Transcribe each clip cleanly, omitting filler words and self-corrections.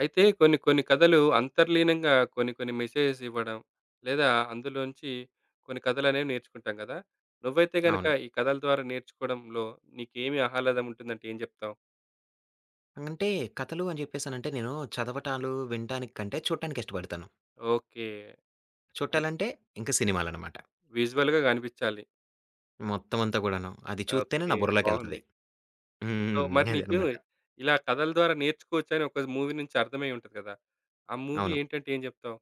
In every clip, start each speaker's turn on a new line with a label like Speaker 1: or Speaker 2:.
Speaker 1: అయితే కొన్ని కొన్ని కథలు అంతర్లీనంగా కొన్ని కొన్ని మెసేజెస్ ఇవ్వడం లేదా అందులోంచి కొన్ని కథలనేవి నేర్చుకుంటాం కదా! నువ్వైతే గనక
Speaker 2: అవును.
Speaker 1: ఈ కథల ద్వారా నేర్చుకోవడంలో నీకేమి ఆహ్లాదం ఉంటుందంటే ఏం జెప్తావు?
Speaker 2: అంటే కథలు అని జెప్పేసనంటే నేను చదవటాలు, వినటానికి కంటే చూడటానికి ఇష్టపడతాను.
Speaker 1: ఓకే. అన్
Speaker 2: చూట్టాలంటే ఇంక సినిమాలనమాట.
Speaker 1: విజువల్‌గా కనిపించాలి.
Speaker 2: మొత్తం అంతా గూడాను. అది చూత్తేనే
Speaker 1: ఓకే.
Speaker 2: నా బుర్రలోకెళ్తది.
Speaker 1: బావుంది. సో, మరి
Speaker 2: హ్మ్.
Speaker 1: నీకు
Speaker 2: అదనమాట.
Speaker 1: ఇలా కథల ద్వారా నేర్చుకోవచ్చని ఒక మూవీ నుంచి అర్థమై ఉంటది కదా! ఆ మూవీ
Speaker 2: అవును.
Speaker 1: ఏంటంటే ఏం జెప్తావు?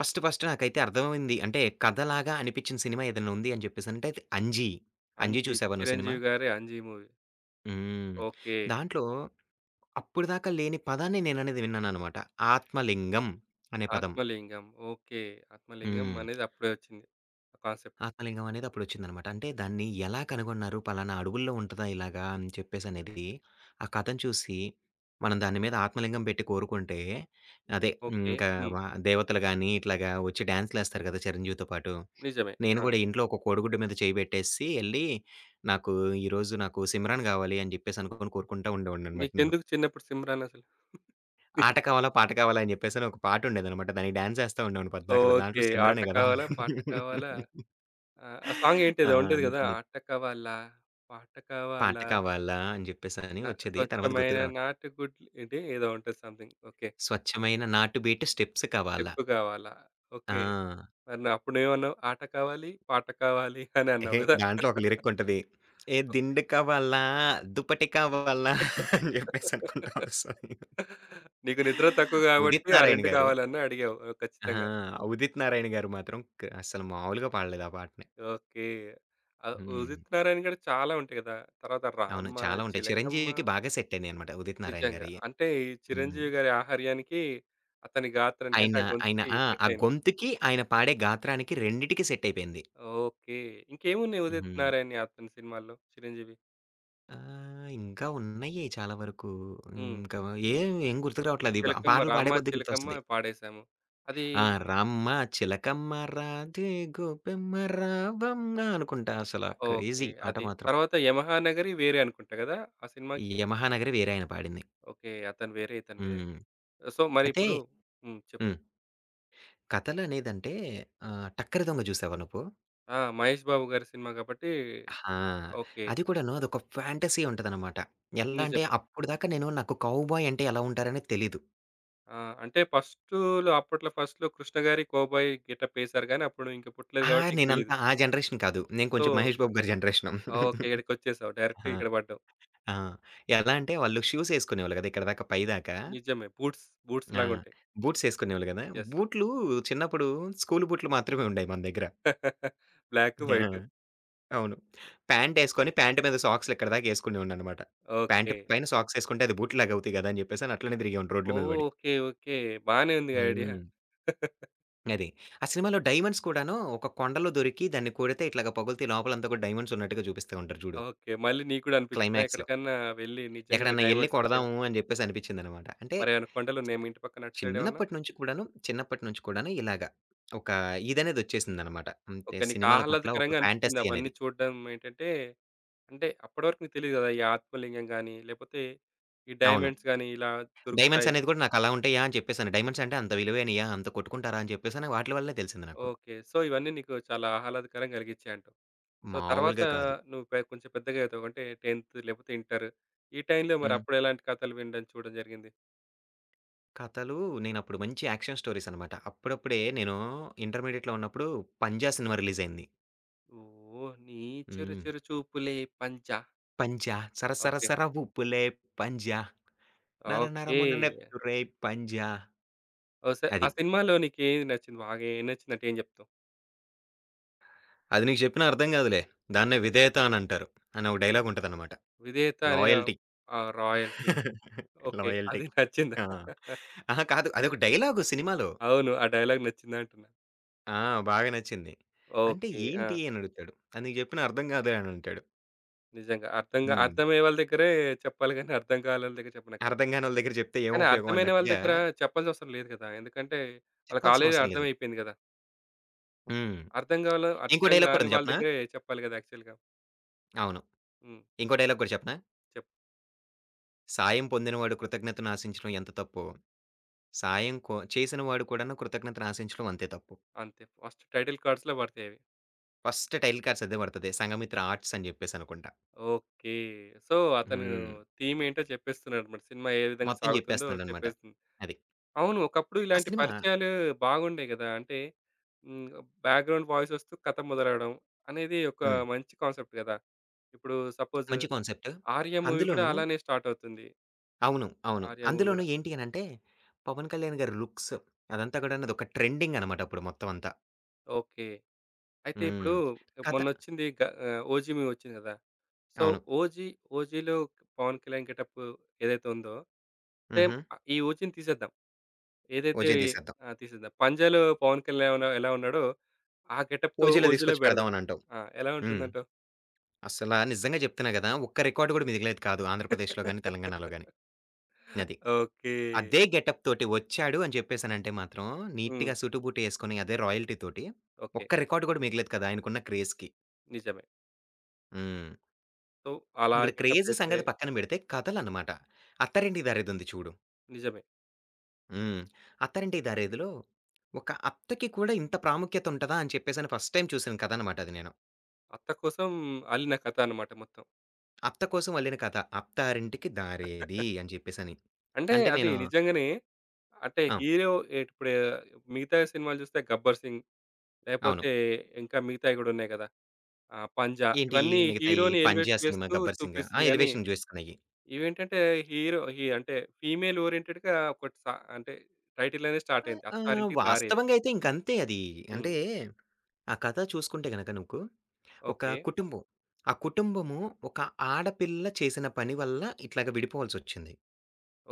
Speaker 2: ఫస్ట్ ఫస్ట్ నాకైతే అర్థమైంది. అంటే కథలాగా అనిపిచ్చిన సినిమా ఏదైనా ఉంది అని జెప్పేసనంటే అది 'అంజీ.' 'అంజీ'
Speaker 1: 'అంజి',
Speaker 2: చూసావా నువ్వు సినిమా?
Speaker 1: చిరంజీవి గారి 'అంజి' మూవీ.
Speaker 2: హ్మ్.
Speaker 1: ఓకే.
Speaker 2: దాంట్లో అప్పటిదాకా లేని పదాన్ని నేననేది విన్నాననమాట. ఆత్మలింగం అనే పదం.
Speaker 1: 'ఆత్మలింగం.' ఓకే. 'ఆత్మలింగం'
Speaker 2: హ్మ్.
Speaker 1: అనేది అప్పుడే వచ్చింది, ఆ కాన్సెప్ట్.
Speaker 2: ఆత్మలింగం అనేది అప్పుడొచ్చిందనమాట. అంటే దాన్ని ఎలా కనుగొన్నారు? పలానా అడవుల్లో ఉంటదా ఇలాగా అని చెప్పేసనేది ఆ కథను చూసి, మనం దాని మీద ఆత్మలింగం పెట్టి కోరుకుంటే, అదే
Speaker 1: ఓకే.
Speaker 2: ఇంకా
Speaker 1: హ్మ్.
Speaker 2: వ దేవతలు గాని, ఇట్లాగా వచ్చి డాన్స్‌లేస్తారు కదా! చిరంజీవితో పాటు.
Speaker 1: నిజమే.
Speaker 2: నేను
Speaker 1: ఆ!
Speaker 2: గూడా ఇంట్లో ఒక కోడిగుడ్డు మీద చేయి పెట్టేసి ఎళ్లి, నాకు ఈరోజు నాకు సిమ్రాన్ గావాలి అని చెప్పేసి అనుకోని కోరుకుంటా ఉండేవాడిననమాట నేను.
Speaker 1: నీకెందుకు చిన్నప్పుడు సిమ్‌రన్ అసలు?
Speaker 2: ఆట కావాలా, పాట కావాలా అని చెప్పేసని ఒక పాటుండేదనమాట. దానికి డాన్స్ ఏస్తా ఉండేవాడిని పద్దాకలా. దాంట్లో
Speaker 1: ఓకే. ఆట
Speaker 2: సిమ్రానే గదా!
Speaker 1: కావాలా? పాట
Speaker 2: ఉండేది.
Speaker 1: కావాలా? ఆహ్, ఆ సాంగ్ ఏంటి
Speaker 2: ఆ!
Speaker 1: ఏదో ఉండేది గదా!
Speaker 2: అందుకని చెప్పి.
Speaker 1: ఆట కావాలా? పాట
Speaker 2: పాట
Speaker 1: కావాలా?
Speaker 2: కావాలా అని జెప్పేసని
Speaker 1: నా
Speaker 2: వచ్చేది. తర్వాత
Speaker 1: స్వచ్ఛమైన
Speaker 2: గుర్తుకు రావట్లా.
Speaker 1: నాటుగుడ్లు ఏంటి ఏదో ఉంటది సంథింగ్. ఓకే.
Speaker 2: స్వచ్ఛమైన నాటు బీట్ స్టెప్స్ కావాలా.
Speaker 1: స్టెప్పు కావాలా?
Speaker 2: ఆ!
Speaker 1: ఓకే. మరి అప్పుడు నువ్వేమన్నావు? ఆట కావాలి, పాట కావాలి అని అన్నావు
Speaker 2: ఎహే!
Speaker 1: గదా!
Speaker 2: దాంట్లో ఒక లిరిక్ ఉంటది. ఏ
Speaker 1: ఓకే.
Speaker 2: దిండు కావాలా, దుప్పటి కావాలా అని జెప్పేసి అనుకుంటా వస్తది.
Speaker 1: నీకు నిద్ర తక్కువ గాబట్టి
Speaker 2: ఉదిత్
Speaker 1: ఆ
Speaker 2: నారాయణ
Speaker 1: 2
Speaker 2: గారు
Speaker 1: కావాలని అడిగావు ఆ,
Speaker 2: ఆ!
Speaker 1: ఖచ్చితంగా.
Speaker 2: ఉదిత్ నారాయణ గారు మాత్రం అసలు మామూలుగా పాడలేదు ఆ పాటని.
Speaker 1: ఓకే. ఆహ్,
Speaker 2: హ్మ్.
Speaker 1: ఉదిత్ నారాయణ గారి చాలా ఉంటాయి గదా! తర్వాత
Speaker 2: అవును.
Speaker 1: 'రామ్మ',
Speaker 2: చాలా ఉంటాయి.
Speaker 1: 'చిలకమ్మ'.
Speaker 2: చిరంజీవికి బాగా సెట్ అయినాయన్నమాట ఉదిత్ నారాయణ
Speaker 1: నిజంగా.
Speaker 2: గారియి.
Speaker 1: అంటే ఈ
Speaker 2: హ్మ్.
Speaker 1: చిరంజీవి గారి ఆహార్యానికి, అతని గాత్రానికి అంటే
Speaker 2: ఆయన
Speaker 1: ఆ
Speaker 2: ఆయన
Speaker 1: గొంతుకి
Speaker 2: ఆ!
Speaker 1: సెట్
Speaker 2: ఆ
Speaker 1: అయింది.
Speaker 2: గొంతుకి, ఆయన పాడే గాత్రానికి రెండిటికి సెట్ అయిపోయింది.
Speaker 1: ఓకే. ఇంకేమున్నాయి ఉదిత్
Speaker 2: హ్మ్.
Speaker 1: నారాయణ్‌యి అతని సినిమాల్లో చిరంజీవి?
Speaker 2: ఆ! ఇంకా ఉన్నాయి చాలా వరకు.
Speaker 1: హ్మ్.
Speaker 2: ఇంకా ఏం గుర్తుకు రావట్లేదు. ఈ పా
Speaker 1: 'చిలకమ్మ',
Speaker 2: పాటలు పాడే
Speaker 1: 'రామ్మ
Speaker 2: కొద్దీ
Speaker 1: చిలకమ్మ'
Speaker 2: గుర్తొస్తది.
Speaker 1: పాడేసాము. అది.
Speaker 2: ఆ! రామ్మ చిలకమ్మ రాధే గోపెమ్మ రావమ్మ అనుకుంటా అసల
Speaker 1: ఓకే.
Speaker 2: క్రేజీ పాట
Speaker 1: అది.
Speaker 2: మాత్రం.
Speaker 1: తర్వాత 'యమహా నగరి' వేరే అనుకుంటా గదా! ఆ
Speaker 2: ఈ
Speaker 1: సినిమాకి?
Speaker 2: 'యమహా నగరి' వేరే ఆయన పాడింది.
Speaker 1: ఓకే. అతను వేరే, ఇతను వేరే.
Speaker 2: హ్మ్.
Speaker 1: సో, మరి
Speaker 2: అయితే
Speaker 1: ఇప్పుడు. హ్మ్. చెప్పు.
Speaker 2: హ్మ్. కథలనేదంటే ఆహ్, 'టక్కరి దొంగ' చూసావా నువ్వు?
Speaker 1: ఆ! 'మహేష్ బాబు' గారి సినిమా గాబట్టి.
Speaker 2: ఆ!
Speaker 1: ఓకే.
Speaker 2: అది కూడాను అదొక ఫ్యాంటసీ ఉంటదనమాట. ఎలా అంటే
Speaker 1: నిజమే.
Speaker 2: అప్పటిదాకా నాకు కౌబాయ్ అంటే ఎలా ఉంటారనేది తెలీదు.
Speaker 1: ఆ! అంటే ఫస్ట్‌లో అప్పట్లో ఫస్ట్‌లో 'కృష్ణ' గారి 'కోబాయ్' గెటప్ ఏసారు గానీ, అప్పుడు ఇంక పుట్టలేదు
Speaker 2: ఆ!
Speaker 1: కాబట్టి నీకు
Speaker 2: నేనంత
Speaker 1: తెలీదు.
Speaker 2: ఆ జనరేషన్ కాదు. నేను కొంచెం
Speaker 1: సో,
Speaker 2: 'మహేష్ బాబు' గారి జనరేషను.
Speaker 1: ఓకే. ఈడకొచ్చేసావు. డైరెక్ట్
Speaker 2: ఆ!
Speaker 1: ఇక్కడ పడ్డావు.
Speaker 2: ఆ! ఎలా అంటే వాళ్ళు షూస్ ఎసుకునేవాళ్ళు గదా! ఇక్కడిదాకా పైదాకా.
Speaker 1: నిజమే. బూట్స్, బూట్స్
Speaker 2: ఆ!
Speaker 1: లాగుంటాయి.
Speaker 2: బూట్స్ ఎసుకునేవాళ్ళు గదా!
Speaker 1: యెస్.
Speaker 2: బూట్లు చిన్నప్పుడు స్కూల్ బూట్లు మాత్రమే ఉండేయి మన దగ్గర.
Speaker 1: బ్లాక్,
Speaker 2: ఆ!
Speaker 1: వైట్.
Speaker 2: అవును. ప్యాంట్ ఎసుకొని ప్యాంట్ మీద సాక్స్‌లు ఇక్కడిదాకా ఎసుకునేవాడినన్నమాట. Pant
Speaker 1: okay.
Speaker 2: పైన సాక్స్ ఎసుకుంటే అది బూట్‌లాగా అవుతాయి గదా! అని జెప్పేసని అట్లనే తిరిగేవాడిని రోడ్ల మీద బడి.
Speaker 1: ఓకే. ఓకే. బానే ఉంది ఐడియా.
Speaker 2: హ్మ్. అది. ఆ సినిమాలో డైమండ్స్ కూడాను ఒక కొండలో దొరికి దాన్ని కొడితే ఇట్లాగా పగులుతాయి లోపలంతా కూడా డైమండ్స్ ఉన్నట్టుగా చూపిస్తా ఉంటారు జూడు
Speaker 1: ఓకే. మళ్ళీ నీకు కూడా అనిపిచ్చిందా?
Speaker 2: క్లైమాక్స్‌లో.
Speaker 1: ఎక్కడికన్నా వెళ్లి నిజంగానే
Speaker 2: ఎక్కడన్నా ఎళ్లి
Speaker 1: డైమండ్స్ ఉంటేమో
Speaker 2: కొడదాము అని జెప్పేసి అనిపించిందన్నమాట. అంటే
Speaker 1: మరేమైనా కొండలున్నాయా మీ ఇంటి పక్కన అటు సైడ్ ఏమన్నా?
Speaker 2: చిన్నప్పటి నుంచి కూడాను ఇలాగ ఒక ఇదనేదొచ్చేసిందనమాట. అంటే
Speaker 1: ఓకే. నీకు
Speaker 2: సినిమాల పట్ల ఒక
Speaker 1: ఆహ్లాదకరంగా అనిపిచ్చింది
Speaker 2: ఫాంటసీ
Speaker 1: అవన్నీ
Speaker 2: అనేది.
Speaker 1: చూడడం ఏంటంటే అంటే అప్పటివరకు నీకు తెలీదు గదా! ఈ ఆత్మలింగం గాని, లేపోతే ఈ
Speaker 2: అవును.
Speaker 1: డైమండ్స్ గాని ఇలా
Speaker 2: డైమండ్స్
Speaker 1: దొరుకుతాయి.
Speaker 2: అనేది గూడా నాకలా ఉంటాయా అని చెప్పేసని. డైమండ్స్ అంటే అంత విలువైనయా? అంత కొట్టుకుంటారా? అని చెప్పేసని వాట్లి వల్లే తెలిసింది నాకు.
Speaker 1: ఓకే. సో, ఇవన్నీ నీకు చాలా ఆహ్లాదకరం గలిగిచ్చాయంటావు. సో, తర్వాత
Speaker 2: మామూలుగా కాదు.
Speaker 1: నువ్వు కొంచెం పెద్దగా అవుతావు. అంటే 10th లేపోతే ఇంటర్. ఈ టైంలో మరి
Speaker 2: హ్మ్.
Speaker 1: అప్పుడు ఎలాంటి కథలు వినడం, చూడడం జరిగింది?
Speaker 2: కథలు నేనప్పుడు మంచి యాక్షన్ స్టోరీస్ అనమాట. అప్పుడప్పుడే నేను ఇంటర్మీడియేట్‌లో ఉన్నప్పుడు 'పంజా' సినిమా రిలీజయింది.
Speaker 1: ఓ నీ చిరు
Speaker 2: హ్మ్.
Speaker 1: చిరు చూపులే పంచా.
Speaker 2: 'పంజా సర సర
Speaker 1: ఓకే.
Speaker 2: సర ఉప్పులే పంజా నర
Speaker 1: ఓకే.
Speaker 2: నరమున నెత్తురే పంజా'
Speaker 1: ఓసే, ఆ
Speaker 2: అది.
Speaker 1: సినిమాలో నీకేది నచ్చింది? బాగా ఏం నచ్చిందంటే ఏం జెప్తావు?
Speaker 2: అది నీకు చెప్పినా అర్థం కాదులే. దాన్నే విధేయత అని అంటారు. అని ఒక డైలాగ్ ఉంటదనమాట.
Speaker 1: 'విధేయత' అనే.
Speaker 2: లాయల్టీ.
Speaker 1: ఆహ్, రాయల్టీ. ఓకే.
Speaker 2: లాయల్టీ.
Speaker 1: అది నచ్చిందా?
Speaker 2: ఆ! అహా! కాదు. అదొక డైలాగు సినిమాలో.
Speaker 1: అవును. ఆ డైలాగ్ నచ్చిందా అంటున్నా?
Speaker 2: ఆ! బాగా నచ్చింది. అంటే
Speaker 1: ఓకే. ఆ!
Speaker 2: ఏంటి అని అడుగుతాడు. అది నీకు చెప్పినా అర్థం కాదులే అని అంటాడు.
Speaker 1: నిజంగా. అర్థం గా
Speaker 2: హ్మ్.
Speaker 1: అర్థమయ్యే వాళ్ళ దగ్గరే చెప్పాలి గానీ, అర్థం కాని వాళ్ళ దగ్గర చెప్పనక్కర్లేదు.
Speaker 2: అర్థం కానోళ్ళ దగ్గర చెప్తే ఏం
Speaker 1: కానీ
Speaker 2: ఉపయోగం
Speaker 1: అర్థమైన వాళ్ళ
Speaker 2: అన్నట్టుగా
Speaker 1: దగ్గర చెప్పాల్సినవసరం లేదు కదా! ఎందుకంటే, వాళ్ళకి
Speaker 2: చెప్పాల్సిన
Speaker 1: ఆల్రెడీ
Speaker 2: అవసరం లేదు.
Speaker 1: అర్థమైపోయింది గదా!
Speaker 2: హ్మ్.
Speaker 1: అర్థం కావాల
Speaker 2: ఇంకో
Speaker 1: అర్థం
Speaker 2: డైలాగ్ కూడా
Speaker 1: గాని
Speaker 2: ఉంది
Speaker 1: వాళ్ళ
Speaker 2: చెప్పనా?
Speaker 1: దగ్గరే చెప్పాలి గదా! యాక్చువల్‌గా.
Speaker 2: అవును.
Speaker 1: హ్మ్.
Speaker 2: ఇంకో డైలాగ్ కూడా చెప్పనా?
Speaker 1: చెప్పు.
Speaker 2: సాయం పొందినవాడు కృతజ్ఞతను ఆశించడం ఎంత తప్పో, సాయం చేసినవాడు కూడాను కృతజ్ఞతను ఆశించడం అంతే తప్పు.
Speaker 1: అంతే. ఫస్ట్ టైటిల్ కార్డ్స్‌లో పడతాయి అవి.
Speaker 2: ఫస్ట్ టైటిల్ కార్డ్స్ అదే పడతది. 'సంఘమిత్ర ఆర్ట్స్' అని జెప్పేసనుకుంటా.
Speaker 1: ఓకే. సో, అతను
Speaker 2: హ్మ్.
Speaker 1: థీమ్ ఏంటో చెప్పేస్తున్నాడన్నమాట. సినిమా ఏ విధంగా
Speaker 2: మొత్తం
Speaker 1: సాగుతుందో
Speaker 2: జెప్పేస్తున్నాడనమాట.
Speaker 1: చెప్పేస్తుంది.
Speaker 2: అది.
Speaker 1: అవును. ఒకప్పుడు
Speaker 2: ఆ
Speaker 1: ఇలాంటి
Speaker 2: సినిమా
Speaker 1: పరిచయాలు బాగుండేయి గదా! అంటే హ్మ్, బ్యాక్‌గ్రౌండ్ వాయిస్ వస్తూ కథ మొదలవడం అనేది ఒక
Speaker 2: హ్మ్.
Speaker 1: మంచి కాన్సెప్ట్ గదా! ఇప్పుడు సపోజ్
Speaker 2: మంచి కాన్సెప్ట్.
Speaker 1: 'ఆర్య' మూవీ కూడా
Speaker 2: అందులోనూ
Speaker 1: అలానే స్టార్ట్ అవుతుంది.
Speaker 2: అవును. అవును.
Speaker 1: 'ఆర్య' మూవీ
Speaker 2: అందులోనూ
Speaker 1: గూడా.
Speaker 2: ఏంటి అనంటే, పవన్ కళ్యాణ్ గారి లుక్స్ అదంతా గూడాను అదొక ట్రెండింగ్ అనమాట అప్పుడు మొత్తం అంతా.
Speaker 1: ఓకే. అయితే ఇప్పుడు
Speaker 2: హ్మ్. కథ
Speaker 1: మొన్నొచ్చింది ఆహ్, 'ఓజీ' మూవీ వచ్చింది గదా! సో,
Speaker 2: అవును.
Speaker 1: 'ఓజీ', 'ఓజీలో' పవన్ కళ్యాణ్ గెటప్ ఏదైతే ఉందో సేమ్,
Speaker 2: హుహు.
Speaker 1: ఆహ్, ఈ 'ఓజీని' తీసేద్దాం. ఏదైతే,
Speaker 2: 'ఓజోన్' తీసేద్దాం.
Speaker 1: ఆ! తీసేద్దాం. 'పంజా'లో పవన్ కళ్యాణ్ ఎలా ఎలా ఉన్నాడో ఆ గెటప్‌తో
Speaker 2: 'ఓజీలో'
Speaker 1: 'ఓజీలో'
Speaker 2: తీసుకొచ్చి పెడదాం
Speaker 1: బెడదాం.
Speaker 2: అనంటావు.
Speaker 1: ఆ! ఎలా
Speaker 2: హ్మ్.
Speaker 1: ఉంటుందంటావు?
Speaker 2: అస్సల నిజంగా జెప్తున్నా గదా! ఒక్క రికార్డ్ గూడా మిగిలేది కాదు ఆంధ్రప్రదేశ్‌లో గాని, తెలంగాణలో గాని. అది.
Speaker 1: ఓకే.
Speaker 2: అదే గెటప్ తోటి వచ్చాడు అని చెప్పేసానంటే మాత్రం
Speaker 1: హ్మ్.
Speaker 2: నీట్‌గా సుటుబుటు యేసుకొని అదే రాయల్టీ తోటి
Speaker 1: ఓకే.
Speaker 2: ఒక్క రికార్డ్ గూడా మిగలదు కదా! ఆయనకున్న క్రేజ్‌కి.
Speaker 1: నిజమే.
Speaker 2: హ్మ్.
Speaker 1: సో, అలా
Speaker 2: ఇక్కడ
Speaker 1: గెటప్
Speaker 2: క్రేజ్
Speaker 1: చేస్తే
Speaker 2: సంగతి పక్కన బెడితే కథలనమాట. 'అత్తారింటికి దారేదుంది' చూడు.
Speaker 1: నిజమే.
Speaker 2: హ్మ్. 'అత్తారింటికి దారేదిలో' ఒక అత్తకి కూడా ఇంత ప్రాముఖ్యత ఉంటదా అని చెప్పేసని ఫస్ట్ టైమ్ చూసిన కథనమాట అది నేను.
Speaker 1: అత్త కోసం అల్లిన కథ అనమాట మొత్తం.
Speaker 2: అత్త కోసం అల్లిన కథ 'అత్తారింటికి దారేది' అని చెప్పేసని.
Speaker 1: అంటే
Speaker 2: అంటే
Speaker 1: అది
Speaker 2: నేను
Speaker 1: నిజంగానే అంటే
Speaker 2: ఆ!
Speaker 1: హీరో ఇప్పుడు మిగతా సినిమాలు చూస్తే 'గబ్బర్ సింగ్'
Speaker 2: అవును.
Speaker 1: లేపోతే ఇంకా మిగతాయి కూడా ఉన్నాయి కదా! ఆహ్, 'పంజా'
Speaker 2: ఏంటియి
Speaker 1: ఇవన్నీ
Speaker 2: మిగతాయి
Speaker 1: హీరోని ఎలివేట్
Speaker 2: 'పంజా' సినిమా
Speaker 1: చేస్తూ
Speaker 2: 'గబ్బర్ సింగ్' ఆ!
Speaker 1: చూపిస్తుంది గానీ,
Speaker 2: ఎలివేషన్ జోస్‌కున్నయి.
Speaker 1: ఇవేంటంటే హీరో అంటే ఫీమేల్ ఓరియెంటెడ్‌గా ఒకటి అంటే టైటిల్ అనేది స్టార్ట్
Speaker 2: ఆ!
Speaker 1: అయింది.
Speaker 2: ఆహ్,
Speaker 1: 'అత్తారింటికి దారేది.'
Speaker 2: వాస్తవంగా అయితే ఇంకంతే అది.
Speaker 1: హ్మ్.
Speaker 2: అంటే, ఆ కథ చూసుకుంటే గనక నువ్వు, ఒక
Speaker 1: ఓకే.
Speaker 2: కుటుంబం. ఆ కుటుంబము ఒక ఆడపిల్ల చేసిన పని వల్ల ఇట్లాగ విడిపోవాల్సొచ్చింది.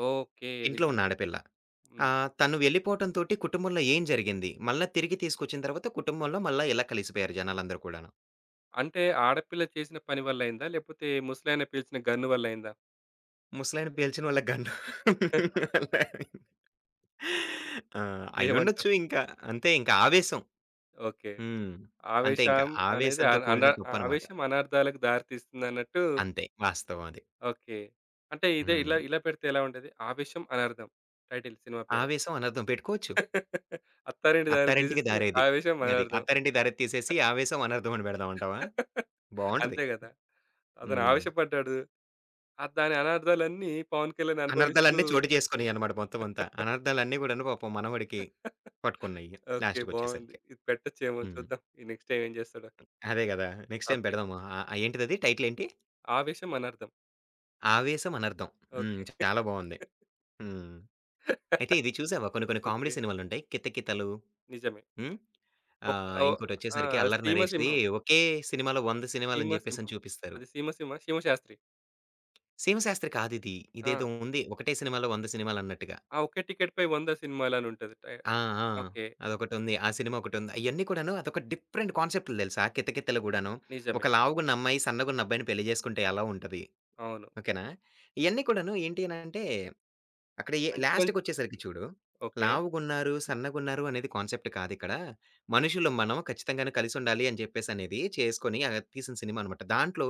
Speaker 1: ఓకే.
Speaker 2: ఇంట్లో ఉన్న
Speaker 1: నిజమే.
Speaker 2: ఆడపిల్ల.
Speaker 1: హ్మ్.
Speaker 2: ఆహ్, తను వెళ్ళిపోవటంతోటి కుటుంబంలో ఏం జరిగింది? మళ్ళా తిరిగి తీసుకొచ్చిన తర్వాత కుటుంబంలో మళ్ళా ఎలా కలిసిపోయారు జనాలందరూ కూడాను.
Speaker 1: అంటే ఆడపిల్ల చేసిన పని వల్ల అయిందా? లేపోతే ముసలాయన పీల్చిన గన్ను వల్ల అయిందా?
Speaker 2: ముసలాయన పేల్చిన వాళ్ళకి గండం. ఆ!
Speaker 1: ఏమంటావు?
Speaker 2: అయ్యుండొచ్చు ఇంకా. అంతే ఇంకా ఆవేశం.
Speaker 1: ఓకే.
Speaker 2: హ్మ్. అంతే ఇంకా.
Speaker 1: ఆవేశం అనేది
Speaker 2: ఆవేశంతో
Speaker 1: అన్ అన
Speaker 2: కూడిన తప్పనమాట.
Speaker 1: ఆవేశం అనర్థాలకు దారి తీస్తుందన్నట్టు.
Speaker 2: అంతే. వాస్తవం అది.
Speaker 1: ఓకే. అంటే ఇదే
Speaker 2: హ్మ్.
Speaker 1: ఇలా ఇలా పెడితే ఎలా ఉంటది? 'ఆవేశం అనర్థం' టైటిల్, సినిమా పేరే.
Speaker 2: ఆవేశం, అనర్థం పెట్టుకోవచ్చు.
Speaker 1: అత్తారింటికి దారి
Speaker 2: అత్తారింటికి
Speaker 1: తీసేసి
Speaker 2: దారేది.
Speaker 1: 'ఆవేశం
Speaker 2: అది.
Speaker 1: అనర్థం.'
Speaker 2: అత్తారింటికి దారేది తీసేసి ఆవేశం, అనర్థం అని పెడదామంటావా? బావుంటది.
Speaker 1: అంతే గదా! అతను
Speaker 2: హ్మ్.
Speaker 1: ఆవేశపడ్డాడు. ఆ దాని అనర్థాలన్నీ పవన్ కళ్యాణ్ అనుభవిస్తూ
Speaker 2: అనర్థాలన్నీ చోటు చేసుకున్నాయన్నమాట మొత్తం అంతా. అనర్థాలన్నీ కూడాను పాపం మనవడికి పట్టుకున్నాయి
Speaker 1: ఓకే. బావుంది.
Speaker 2: లాస్ట్‌కొచ్చేసరికి.
Speaker 1: ఇది పెట్టొచ్చేమో
Speaker 2: హ్మ్.
Speaker 1: చూద్దాం. ఈ నెక్స్ట్ టైమ్ ఏం చేస్తాడో.
Speaker 2: అదే గదా! Next time
Speaker 1: okay.
Speaker 2: పెడదాము. ఆహ్, ఏంటిదది టైటిలేంటి?
Speaker 1: 'ఆవేశం అనర్థం.'
Speaker 2: ఆవేశం, అనర్థం. హ్మ్.
Speaker 1: ఓకే.
Speaker 2: చాలా బావుంది. హ్మ్. అయితే ఇది చూసావా కొన్ని కొన్ని కామెడీ
Speaker 1: ఓకే.
Speaker 2: సినిమాలుంటాయి. 'కితకితలు'
Speaker 1: నిజమే.
Speaker 2: హ్మ్.
Speaker 1: ఒక
Speaker 2: ఆహ్,
Speaker 1: ఓహ్! ఆ!
Speaker 2: ఇంకోటొచ్చేసరికి 'అల్లరి నరేష్‌ది'
Speaker 1: 'సీమసింహం',
Speaker 2: ఒకే సినిమాలో 100 సినిమాలని చెప్పేసని
Speaker 1: 'సీమసింహం',
Speaker 2: చూపిస్తారు.
Speaker 1: అది 'సీమసింహ', 'శివశాస్త్రి'.
Speaker 2: శివశాస్త్రి కాదిది.
Speaker 1: ఆ!
Speaker 2: ఇదేదో ఉంది. ఒకటే సినిమాలో 100 సినిమాలన్నట్టుగా.
Speaker 1: ఆ ఒకే టికెట్‌పై 100 సినిమాలని ఉంటది. టై
Speaker 2: ఆ! ఆ!
Speaker 1: ఓకే.
Speaker 2: అదొకటుంది. ఆ సినిమా ఒకటుంది. అయన్నీ కూడాను అదొక డిఫరెంట్ కాన్సెప్టులు తెలుసా? 'కితకితలు' గూడాను.
Speaker 1: నిజమే.
Speaker 2: ఒక లావుగున్న అమ్మాయి సన్నగున్న అబ్బాయిని పెళ్లి జేసుకుంటే ఎలా ఉంటది.
Speaker 1: అవును.
Speaker 2: ఓకేనా? ఇయన్నీ కూడాను ఏంటి అనంటే అక్కడ
Speaker 1: మంచి మం
Speaker 2: లాస్ట్‌కొచ్చేసరికి చూడు.
Speaker 1: ఓకే.
Speaker 2: లావుగున్నారు, సన్నగున్నారు అనేది కాన్సెప్ట్ కాదిక్కడ. మనుషులం మనం ఖచ్చితంగాను కలిసుండాలి అని జెప్పేసనేది చేసుకొని ఆహ్, తీసిన సినిమా అనమాట. దాంట్లో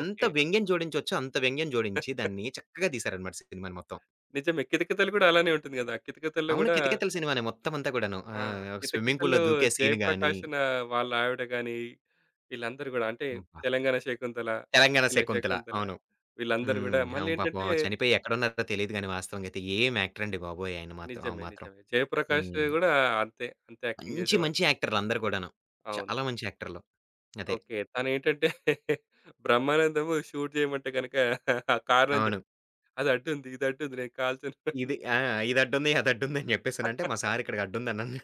Speaker 2: ఎంత
Speaker 1: ఓకే.
Speaker 2: వ్యంగ్యం జోడించొచ్చో అంత వ్యంగ్యం జోడించి దాన్ని చక్కగా తీశారనమాట సినిమాని మొత్తం.
Speaker 1: నిజమే. 'కితకితలు' కూడా అలానే ఉంటుంది గదా! 'కితకితల్లో'
Speaker 2: అవును.
Speaker 1: గూడా
Speaker 2: 'కితకితల' సినిమానే మొత్తమంతా గూడాను.
Speaker 1: ఆ!
Speaker 2: ఆహ్, స్విమ్మింగ్
Speaker 1: 'కితకితలో'
Speaker 2: పూల్‌లో దూకే సీన్ గాని,
Speaker 1: 'జయప్రకాష్' అన్న వాళ్ళ ఆవిడ గాని, వీళ్ళందరూ గూడా అంటే
Speaker 2: అబ్బా!
Speaker 1: 'తెలంగాణ శకుంతల',
Speaker 2: 'తెలంగాణ
Speaker 1: వీళ్ళ
Speaker 2: శకుంతల'
Speaker 1: 'శకుంతల',
Speaker 2: అవును.
Speaker 1: వీళ్ళందరూ గూడా
Speaker 2: హ్మ్. అవును పాపం
Speaker 1: మళ్ళేంటంటే
Speaker 2: చనిపోయి ఎక్కడున్నారో తెలీదు గాని వాస్తవంగా అయితే ఏం యాక్టర్ అండి బాబోయ్! ఆయన మాత్రం ఆమె
Speaker 1: నిజమే.
Speaker 2: మాత్రం.
Speaker 1: నిజమే. 'జయప్రకాష్'
Speaker 2: హ్మ్.
Speaker 1: గూడా అంతే. అంతే యాక్టింగ్
Speaker 2: మంచి
Speaker 1: జేసేవాడు.
Speaker 2: మంచి యాక్టర్‌లు అందరూ గూడాను.
Speaker 1: అవును.
Speaker 2: చాలా మంచి యాక్టర్‌లు. అదే.
Speaker 1: ఓకే. తనేంటంటే బ్రహ్మానందము షూట్ జేయమంటే గనక ఆ కారణం
Speaker 2: అవును.
Speaker 1: అది అడ్డుంది, ఇది అడ్డుంది, నేను కాల్చను.
Speaker 2: ఇది ఆ! ఇది అడ్డుంది, అది అడ్డుంది అని జెప్పేసనంటే మా సారు ఇక్కడికి అడ్డుందన్నాను.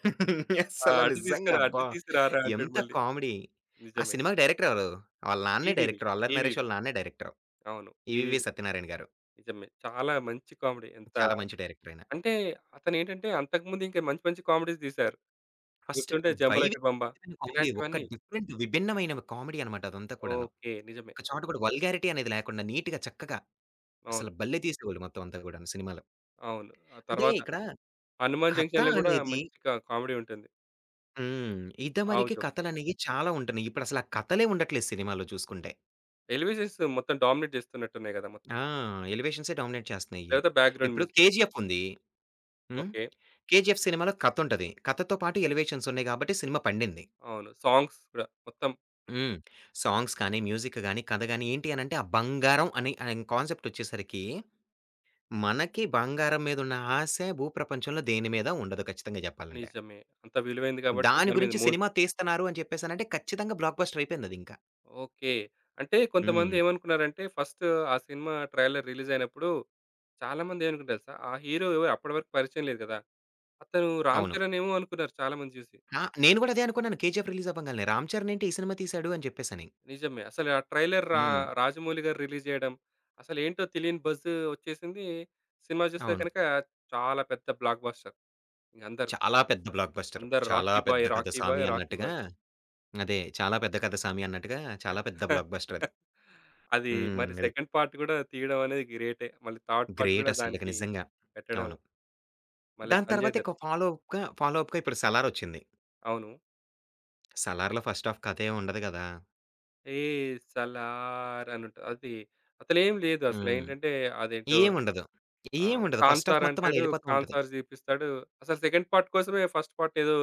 Speaker 1: ఆ!
Speaker 2: అస్సల
Speaker 1: అడ్డు
Speaker 2: నిజంగా
Speaker 1: తీసుకురా, అడ్డు
Speaker 2: అబ్బా!
Speaker 1: తీసుకురారా అంటాడు
Speaker 2: ఎంత
Speaker 1: మళ్ళీ.
Speaker 2: కామెడీ. ఆ
Speaker 1: నిజమే.
Speaker 2: సినిమాకి డైరెక్టర్ ఎవరు? వాళ్ళ నాన్నే
Speaker 1: ఈవీవి.
Speaker 2: డైరెక్టర్. 'అల్లరి నరేష్'
Speaker 1: ఈవీవి.
Speaker 2: వాళ్ళ నాన్నే డైరెక్టర్.
Speaker 1: అవును.
Speaker 2: 'ఈవీవి
Speaker 1: ఈవీవి,
Speaker 2: సత్యనారాయణ' గారు.
Speaker 1: నిజమే. చాలా మంచి కామెడీ. ఎంత
Speaker 2: చాలా మంచి డైరెక్టర్ ఆయన.
Speaker 1: అంటే అతనేంటంటే అంతకుముందు ఇంకా మంచి మంచి కామెడీస్ తీశారు.
Speaker 2: ఫస్ట్
Speaker 1: గుర్తుంటే 'జంబలకడి బంబ'
Speaker 2: వైవిధ్యమైన కామెడీ ఒక్క
Speaker 1: ఇలాంటివన్నీ.
Speaker 2: డిఫరెంట్ విభిన్నమైన కామెడీ అనమాట అదంతా కూడాను.
Speaker 1: ఓకే. నిజమే.
Speaker 2: ఒక చోట కూడా వల్గారిటీ అనేది లేకుండా నీట్‌గా చక్కగా
Speaker 1: అవును.
Speaker 2: అసలు భలే తీసేవాళ్ళు మొత్తం అంతా కూడాను సినిమాలో.
Speaker 1: అవును. ఆ
Speaker 2: అంటే
Speaker 1: తర్వాత
Speaker 2: ఇక్కడ
Speaker 1: 'హనుమాన్
Speaker 2: కథ
Speaker 1: జంక్షన్‌లో' గూడా
Speaker 2: అనేది
Speaker 1: మంచిగా కామెడీ ఉంటుంది.
Speaker 2: హ్మ్.
Speaker 1: 'ఆవు
Speaker 2: ఇదివరకి
Speaker 1: జోక్.'
Speaker 2: కథలనేవి చాలా ఉంటున్నాయి. ఇప్పుడసలు ఆ కథలే ఉండట్లేదు సినిమాల్లో చూసుకుంటే.
Speaker 1: ఎలివేషన్స్ మొత్తం డామినేట్ చేస్తున్నట్టున్నాయి గదా! మొత్తం.
Speaker 2: ఆ! ఎలివేషన్సే డామినేట్ చేస్తున్నాయి.
Speaker 1: లేకపోతే బ్యాక్‌గ్రౌండ్
Speaker 2: ఇప్పుడు
Speaker 1: మ్యూజిక్.
Speaker 2: 'కేజీఎఫ్' ఉంది. హ్మ్.
Speaker 1: ఓకే.
Speaker 2: 'కేజీఎఫ్' సినిమాలో కథ ఉంటది. కథతో పాటు ఎలివేషన్స్ ఉన్నాయి కాబట్టి సినిమా పండింది.
Speaker 1: అవును. సాంగ్స్ కూడా మొత్తం
Speaker 2: హ్మ్. సాంగ్స్ కానీ, మ్యూజిక్ గాని, కథ గాని ఏంటి అనంటే ఆ బంగారం అని అనే కాన్సెప్ట్ వచ్చేసరికి మనకి బంగారం మీదున్న ఆశ భూప్రపంచంలో దేని మీద ఉండదు ఖచ్చితంగా జెప్పాలంటే.
Speaker 1: నిజమే. అంత విలువైంది కాబట్టి
Speaker 2: దాని
Speaker 1: దాని మీద
Speaker 2: గురించి
Speaker 1: మోజు.
Speaker 2: సినిమా తీస్తున్నారు అని చెప్పేసనంటే ఖచ్చితంగా బ్లాక్ బస్టర్ అయిపోయింది అదింకా.
Speaker 1: ఓకే. అంటే కొంతమంది
Speaker 2: హ్మ్.
Speaker 1: ఏమనుకున్నారంటే ఫస్ట్ ఆ సినిమా ట్రైలర్ రిలీజ్ అయినప్పుడు చాలామంది ఏమనుకున్నారు తెలుసా? ఆ హీరో ఎవరు, అప్పటి వరకు పరిచయం లేదు కదా! అతను 'రామ్
Speaker 2: అవును.
Speaker 1: చరణ్' ఏమో అనుకున్నారు చాలామంది చూసి.
Speaker 2: ఆ! నేను గూడా అదే అనుకున్నాను 'కేజీఎఫ్' రిలీజ్ అవ్వంగాల్నే. 'రామ్ చరణ్' ఏంటి ఈ సినిమా తీశాడు అని చెప్పేసని.
Speaker 1: నిజమే. అసలు ఆ ట్రైలర్
Speaker 2: హ్మ్.
Speaker 1: 'రాజమౌళి' గారు రిలీజ్ చేయడం, అసలేంటో తెలియని బజ్ వచ్చేసింది. సినిమా చూస్తే
Speaker 2: అవును.
Speaker 1: గనుక చాలా పెద్ద బ్లాక్ బస్టర్. ఇంగందరూ
Speaker 2: చాలా పెద్ద బ్లాక్ బస్టర్.
Speaker 1: అందరూ
Speaker 2: చాలా
Speaker 1: 'రాఖీ
Speaker 2: పెద్ద
Speaker 1: బాయ్,
Speaker 2: కథ
Speaker 1: రాఖీ
Speaker 2: సామి
Speaker 1: బాయ్, రాఖీ
Speaker 2: అన్నట్టుగా
Speaker 1: బాయ్.'
Speaker 2: అదే చాలా పెద్ద కథ సామి అన్నట్టుగా చాలా పెద్ద బ్లాక్ బస్టర్ అది.
Speaker 1: అది, మరి
Speaker 2: హ్మ్.
Speaker 1: సెకండ్ పార్ట్ కూడా తీయడం అనేది గ్రేటే. మళ్ళీ థర్డ్ పార్ట్
Speaker 2: గ్రేట్
Speaker 1: కూడా
Speaker 2: అసలిక
Speaker 1: దానికి
Speaker 2: నిజంగా.
Speaker 1: పెట్టడం.
Speaker 2: అవును.
Speaker 1: మళ్ళీ
Speaker 2: దాని
Speaker 1: సంజయ్
Speaker 2: తర్వాత
Speaker 1: దత్.
Speaker 2: ఇక ఫాలో అప్‌గా ఇప్పుడు సలారొచ్చింది.
Speaker 1: అవును.
Speaker 2: సలార్‌లో ఫస్ట్ హాఫ్ కథేం ఉండదు గదా!
Speaker 1: ఏ సలార్ అని ఉంటది. అది అసలేం లేదు.
Speaker 2: హ్మ్.
Speaker 1: అసలేంటంటే అదేంటో
Speaker 2: ఏముండదు.
Speaker 1: ఆహ్,
Speaker 2: ఏముండదు.
Speaker 1: ఖాన్
Speaker 2: ఫస్ట్ హాఫ్
Speaker 1: సార్
Speaker 2: మొత్తం అలా
Speaker 1: అంటాడు.
Speaker 2: ఎళ్ళిపోతూ
Speaker 1: ఖాన్
Speaker 2: ఉంటది.
Speaker 1: సార్ చూపిస్తాడు. అసలు సెకండ్ పార్ట్ కోసమే ఫస్ట్ పార్ట్ ఏదో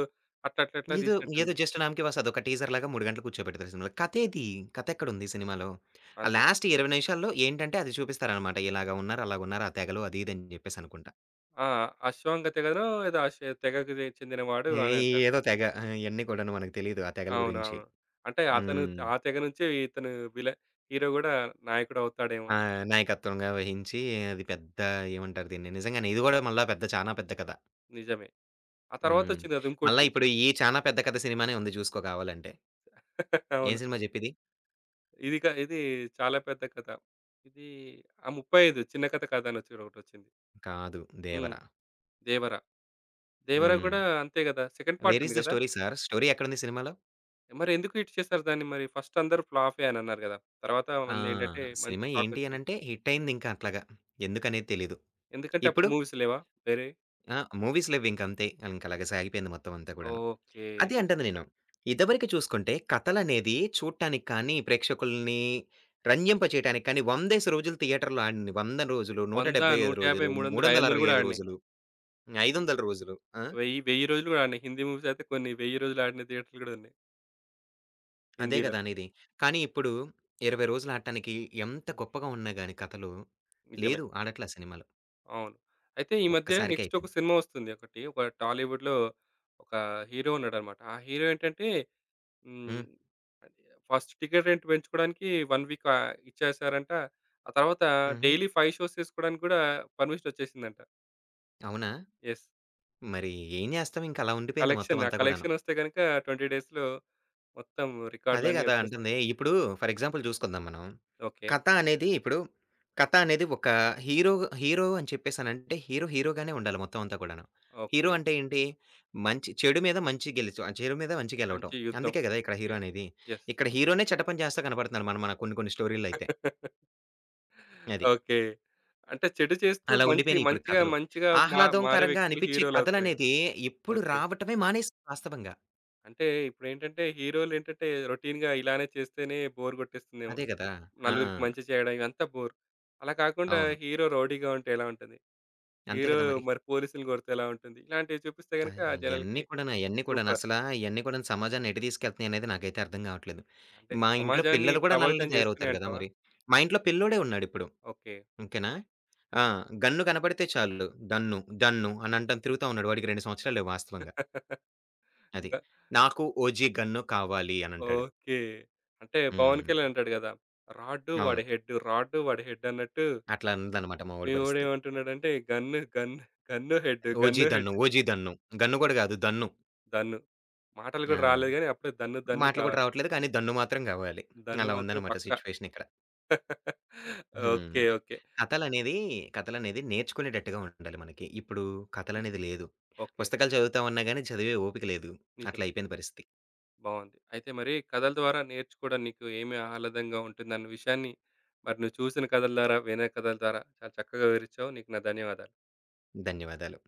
Speaker 1: అట్లా అట్లా అట్లా
Speaker 2: ఏదో, ఏదో
Speaker 1: తీసినట్టుంది.
Speaker 2: జస్ట్ 'నామ్ కి బస్' అదొక టీజర్‌లాగా 3 గంటలు కూర్చోబెడతారు సినిమాలో. కథేది? కథెక్కడుంది సినిమాలో? ఆ
Speaker 1: అంతే.
Speaker 2: లాస్ట్ 20 నిమిషాల్లో ఏంటంటే అది చూపిస్తారనమాట. ఇలాగ ఉన్నారు, అలాగున్నారు ఆ తెగలో అది ఇది అని జెప్పేసనుకుంటా.
Speaker 1: ఆ! అశ్వంగ తెగనో ఏదో అశ్ తెగకు చెందినవాడు
Speaker 2: ఏ
Speaker 1: అని అంటారు.
Speaker 2: ఏదో తెగ. ఆ! ఇయన్నీ కూడాను మనకు తెలీదు ఆ తెగల గురించి.
Speaker 1: అవునవును. అంటే అతను
Speaker 2: హ్మ్.
Speaker 1: ఆ తెగ నుంచే ఇతను విల హీరో గూడా నాయకుడవుతాడేమో
Speaker 2: ఆ!
Speaker 1: నెక్స్ట్.
Speaker 2: నాయకత్వంగా వహించి అది పెద్ద ఏమంటారు దీన్ని? నిజంగానే ఇది గూడా మళ్ళా పెద్ద చానా పెద్ద కథ.
Speaker 1: నిజమే. ఆ
Speaker 2: హ్మ్.
Speaker 1: తర్వాతొచ్చింది గదా!
Speaker 2: మళ్ళా
Speaker 1: ఇంకోటి.
Speaker 2: ఇప్పుడు ఈ 'చానా పెద్ద కథ' సినిమానే ఉంది జూసుకో కావాలంటే. ఏం
Speaker 1: అవును.
Speaker 2: సినిమా జెప్పిది?
Speaker 1: ఇది చాలా పెద్ద కథ. ఇది ఆ! '35 చిన్న కథ', కథనొచ్చి ఒకటొచ్చింది.
Speaker 2: కాదు
Speaker 1: హ్మ్.
Speaker 2: 'దేవర.'
Speaker 1: 'దేవర.' 'దేవర'
Speaker 2: హ్మ్.
Speaker 1: గూడా అంతే గదా! సెకండ్ పార్ట్
Speaker 2: వేర్
Speaker 1: ఉంది
Speaker 2: ఈస్ ద
Speaker 1: గదా!
Speaker 2: Story sir? స్టోరీ ఎక్కడుంది సినిమాలో?
Speaker 1: మరెందుకు హిట్ చేశారు దాన్ని మరి? ఫస్ట్ అందరూ ఫ్లాపే అనన్నారు గదా! తర్వాత
Speaker 2: ఆ!
Speaker 1: మందేంటంటే మంచి
Speaker 2: సినిమా ఏంటి
Speaker 1: టాకొచ్చింది.
Speaker 2: అనంటే హిట్ అయిందింకా అట్లాగా. ఎందుకనేది తెలీదు.
Speaker 1: ఎందుకంటే
Speaker 2: ఇప్పుడు
Speaker 1: అప్పుడు మూవీస్ లేవా వేరేయి?
Speaker 2: ఆ! మూవీస్ లేవింకంతే. ఇంకలాగే సాగిపోయింది మొత్తం అంతా కూడాను.
Speaker 1: ఓకే.
Speaker 2: అది అంటాను
Speaker 1: నిజమే.
Speaker 2: నేను. ఇదివరకు చూసుకుంటే కథలనేది చూడటానికి కానీ, ప్రేక్షకుల్ని రంజింపచేయటానికి కానీ, 100 రోజులు థియేటర్‌లో ఆడింది. 100 రోజులు,
Speaker 1: 100,
Speaker 2: 175
Speaker 1: 150,
Speaker 2: రోజులు,
Speaker 1: 300, 500 గూడా
Speaker 2: 365
Speaker 1: ఆడినయి.
Speaker 2: రోజులు, 500 రోజులు. ఆ!
Speaker 1: 1000, 1000 రోజులు కూడా ఆడినాయి. హిందీ మూవీస్ అయితే కొన్ని 1000 రోజులు ఆడిన థియేటర్‌లు గూడా ఉన్నాయి
Speaker 2: అదే
Speaker 1: హిందీలో.
Speaker 2: కదా అనేది. కానీ ఇప్పుడు 20 రోజులు ఆడటానికి ఎంత గొప్పగా ఉన్నా గాని కథలు,
Speaker 1: నిజమే.
Speaker 2: లేదు ఆడట్ల సినిమాలు.
Speaker 1: అవును. అయితే ఈ మధ్య
Speaker 2: ఒక్కసారికే
Speaker 1: నెక్స్ట్ ఒక
Speaker 2: అయిపోయింది.
Speaker 1: సినిమా వస్తుంది ఒకటి. ఒక టాలీవుడ్‌లో ఒక హీరో ఉన్నాడన్నమాట. ఆ హీరో ఏంటంటే హ్మ్.
Speaker 2: హ్మ్.
Speaker 1: ఫస్ట్ టికెట్ రెంట్ పెంచుకోవడానికి 1 వీక్ ఆహ్, ఇచ్చేసారంట. ఆ తర్వాత
Speaker 2: హుహు.
Speaker 1: డైలీ 5 షోస్ చేసుకోవడానికి కూడా పర్మిషన్ వచ్చేసిందంట.
Speaker 2: అవునా?
Speaker 1: యెస్.
Speaker 2: మరి ఏం జేస్తాం ఇంక అలా ఉండిపోయింది మొత్తం
Speaker 1: కలెక్షన్, ఆ
Speaker 2: అంతా కూడాను.
Speaker 1: కలెక్షన్ వస్తే గనుక 20 డేస్‌లో మొత్తం
Speaker 2: అదే
Speaker 1: రికార్డులన్నీ
Speaker 2: గదా!
Speaker 1: వచ్చేస్తాయి.
Speaker 2: అంటుంది. ఇప్పుడు ఫర్ ఎగ్జాంపుల్ జూసుకుందాం మనం.
Speaker 1: ఓకే.
Speaker 2: కథ అనేది ఇప్పుడు కథ అనేది ఒక హీరో, హీరో అని చెప్పేసనంటే హీరో హీరోగానే ఉండాలి మొత్తం అంతా కూడాను. Hero
Speaker 1: okay.
Speaker 2: అంటే ఏంటి? మంచి చెడు మీద మంచి గెలుచు ఆ చెడు మీద మంచి గెలవటం.
Speaker 1: మంచి యుద్ధం.
Speaker 2: అందుకే గదా! ఇక్కడ హీరో
Speaker 1: ఓకే.
Speaker 2: అనేది.
Speaker 1: యెస్.
Speaker 2: ఇక్కడ హీరోనే చెటపని చేస్తా కనపడుతున్నాడు మన మన కొన్ని కొన్ని స్టోరీలైతే. అది.
Speaker 1: ఓకే. అంటే చెడు చేస్తూ
Speaker 2: అలా
Speaker 1: మంచి
Speaker 2: ఉండిపోయినాయి ఇప్పుడు
Speaker 1: మంచిగా
Speaker 2: కథలు.
Speaker 1: మంచిగా మారే
Speaker 2: ఆహ్లాదకరంగా
Speaker 1: వ్యక్తులు
Speaker 2: అనిపిచ్చే
Speaker 1: హీరోలవుతారు.
Speaker 2: కథలనేది ఇప్పుడు
Speaker 1: ఓకే.
Speaker 2: రావటమే మానేశాయి వాస్తవంగా.
Speaker 1: అంటే ఇప్పుడేంటంటే హీరోలేంటంటే రొటీన్‌గా ఇలానే చేస్తేనే బోర్ కొట్టేస్తుందేమో.
Speaker 2: అదే గదా! ఆ!
Speaker 1: నలుగురికి మంచి చేయడం ఇవంతా బోర్. అలా కాకుండా
Speaker 2: అవును.
Speaker 1: హీరో రౌడీగా ఉంటే ఎలా ఉంటుంది?
Speaker 2: అంతే
Speaker 1: హీరో
Speaker 2: గదా మరి.
Speaker 1: మరి పోలీసుల్ని కొడితే ఎలా ఉంటుంది? ఇలాంటివి చూపిస్తే
Speaker 2: ఆ!
Speaker 1: గనుక జనాలకి
Speaker 2: అయన్నీ కూడాను.
Speaker 1: సూపర్.
Speaker 2: అసలా ఇయన్నీ కూడాను సమాజాన్ని ఎటు తీసుకెళ్తున్నాయనేది నాకైతే అర్థం గావట్లేదు.
Speaker 1: అంటే
Speaker 2: మా ఇంట్లో
Speaker 1: సమాజాన్ని
Speaker 2: పిల్లలు కూడా అలానే
Speaker 1: ప్రభావితం
Speaker 2: తయారవుతారు
Speaker 1: చేస్తున్నాయి
Speaker 2: గదా
Speaker 1: అంటావా?
Speaker 2: మరి. మా ఇంట్లో పిల్లోడే ఉన్నాడిప్పుడు.
Speaker 1: ఓకే.
Speaker 2: ఓకేనా. ఆ! గన్ను కనపడితే చాలు డన్ను, డన్ను అనంటం తిరుగుతా ఉన్నాడు. వాడికి 2 సంవత్సరాలే వాస్తవంగా. అది.
Speaker 1: ఇంకా
Speaker 2: నాకు ఓజీ గన్ను కావాలి అనంటాడు.
Speaker 1: ఓకే. అంటే పవన్
Speaker 2: హ్మ్.
Speaker 1: కళ్యాణ్ అంటాడు గదా! రాడ్డు
Speaker 2: అవును.
Speaker 1: వాడి హెడ్డు, రాడ్డు వాడి హెడ్ అన్నట్టు
Speaker 2: అట్లా ఉందన్నమాట మా
Speaker 1: మీ
Speaker 2: వోడి పరిస్థితి.
Speaker 1: వోడేమంటున్నాడంటే gun, gun, gun head,
Speaker 2: OG
Speaker 1: gun
Speaker 2: దన్ను,
Speaker 1: హెడ్.
Speaker 2: ఓజీ దన్ను. గన్ను గూడా గాదు దన్ను.
Speaker 1: దన్ను. మాటలు
Speaker 2: ఆ!
Speaker 1: గూడా రాలేదు గానీ అప్పుడే దన్ను, దన్ను
Speaker 2: మాటలు గూడా
Speaker 1: కావాలి.
Speaker 2: రావట్లేదు. కానీ దన్ను మాత్రం గావాలి.
Speaker 1: దన్ను
Speaker 2: అలా
Speaker 1: మాత్రం
Speaker 2: ఉందన్నమాట
Speaker 1: పక్కా.
Speaker 2: సిట్యుయేషన్ ఇక్కడ. హ్మ్.
Speaker 1: ఓకే. ఓకే.
Speaker 2: కథలనేది, కథలనేది నేర్చుకునేటట్టుగా ఉండాలి మనకి. ఇప్పుడు
Speaker 1: హ్మ్.
Speaker 2: కథలనేది లేదు.
Speaker 1: ఓకే.
Speaker 2: పుస్తకాలు చదువుతా ఉన్నా గాని చదివే ఓపిక లేదు. అట్లా
Speaker 1: నిజమే.
Speaker 2: అయిపోయింది పరిస్థితి.
Speaker 1: బావుంది. అయితే మరి కథల ద్వారా నేర్చుకోవడం నీకు ఏమి ఆహ్లాదంగా ఉంటుందన్న విషయాన్ని మరి నువ్వు చూసిన కథల ద్వారా, వినే కథల ద్వారా చాలా చక్కగా వివరిచ్చావు. నీకు నా ధన్యవాదాలు.
Speaker 2: ధన్యవాదాలు.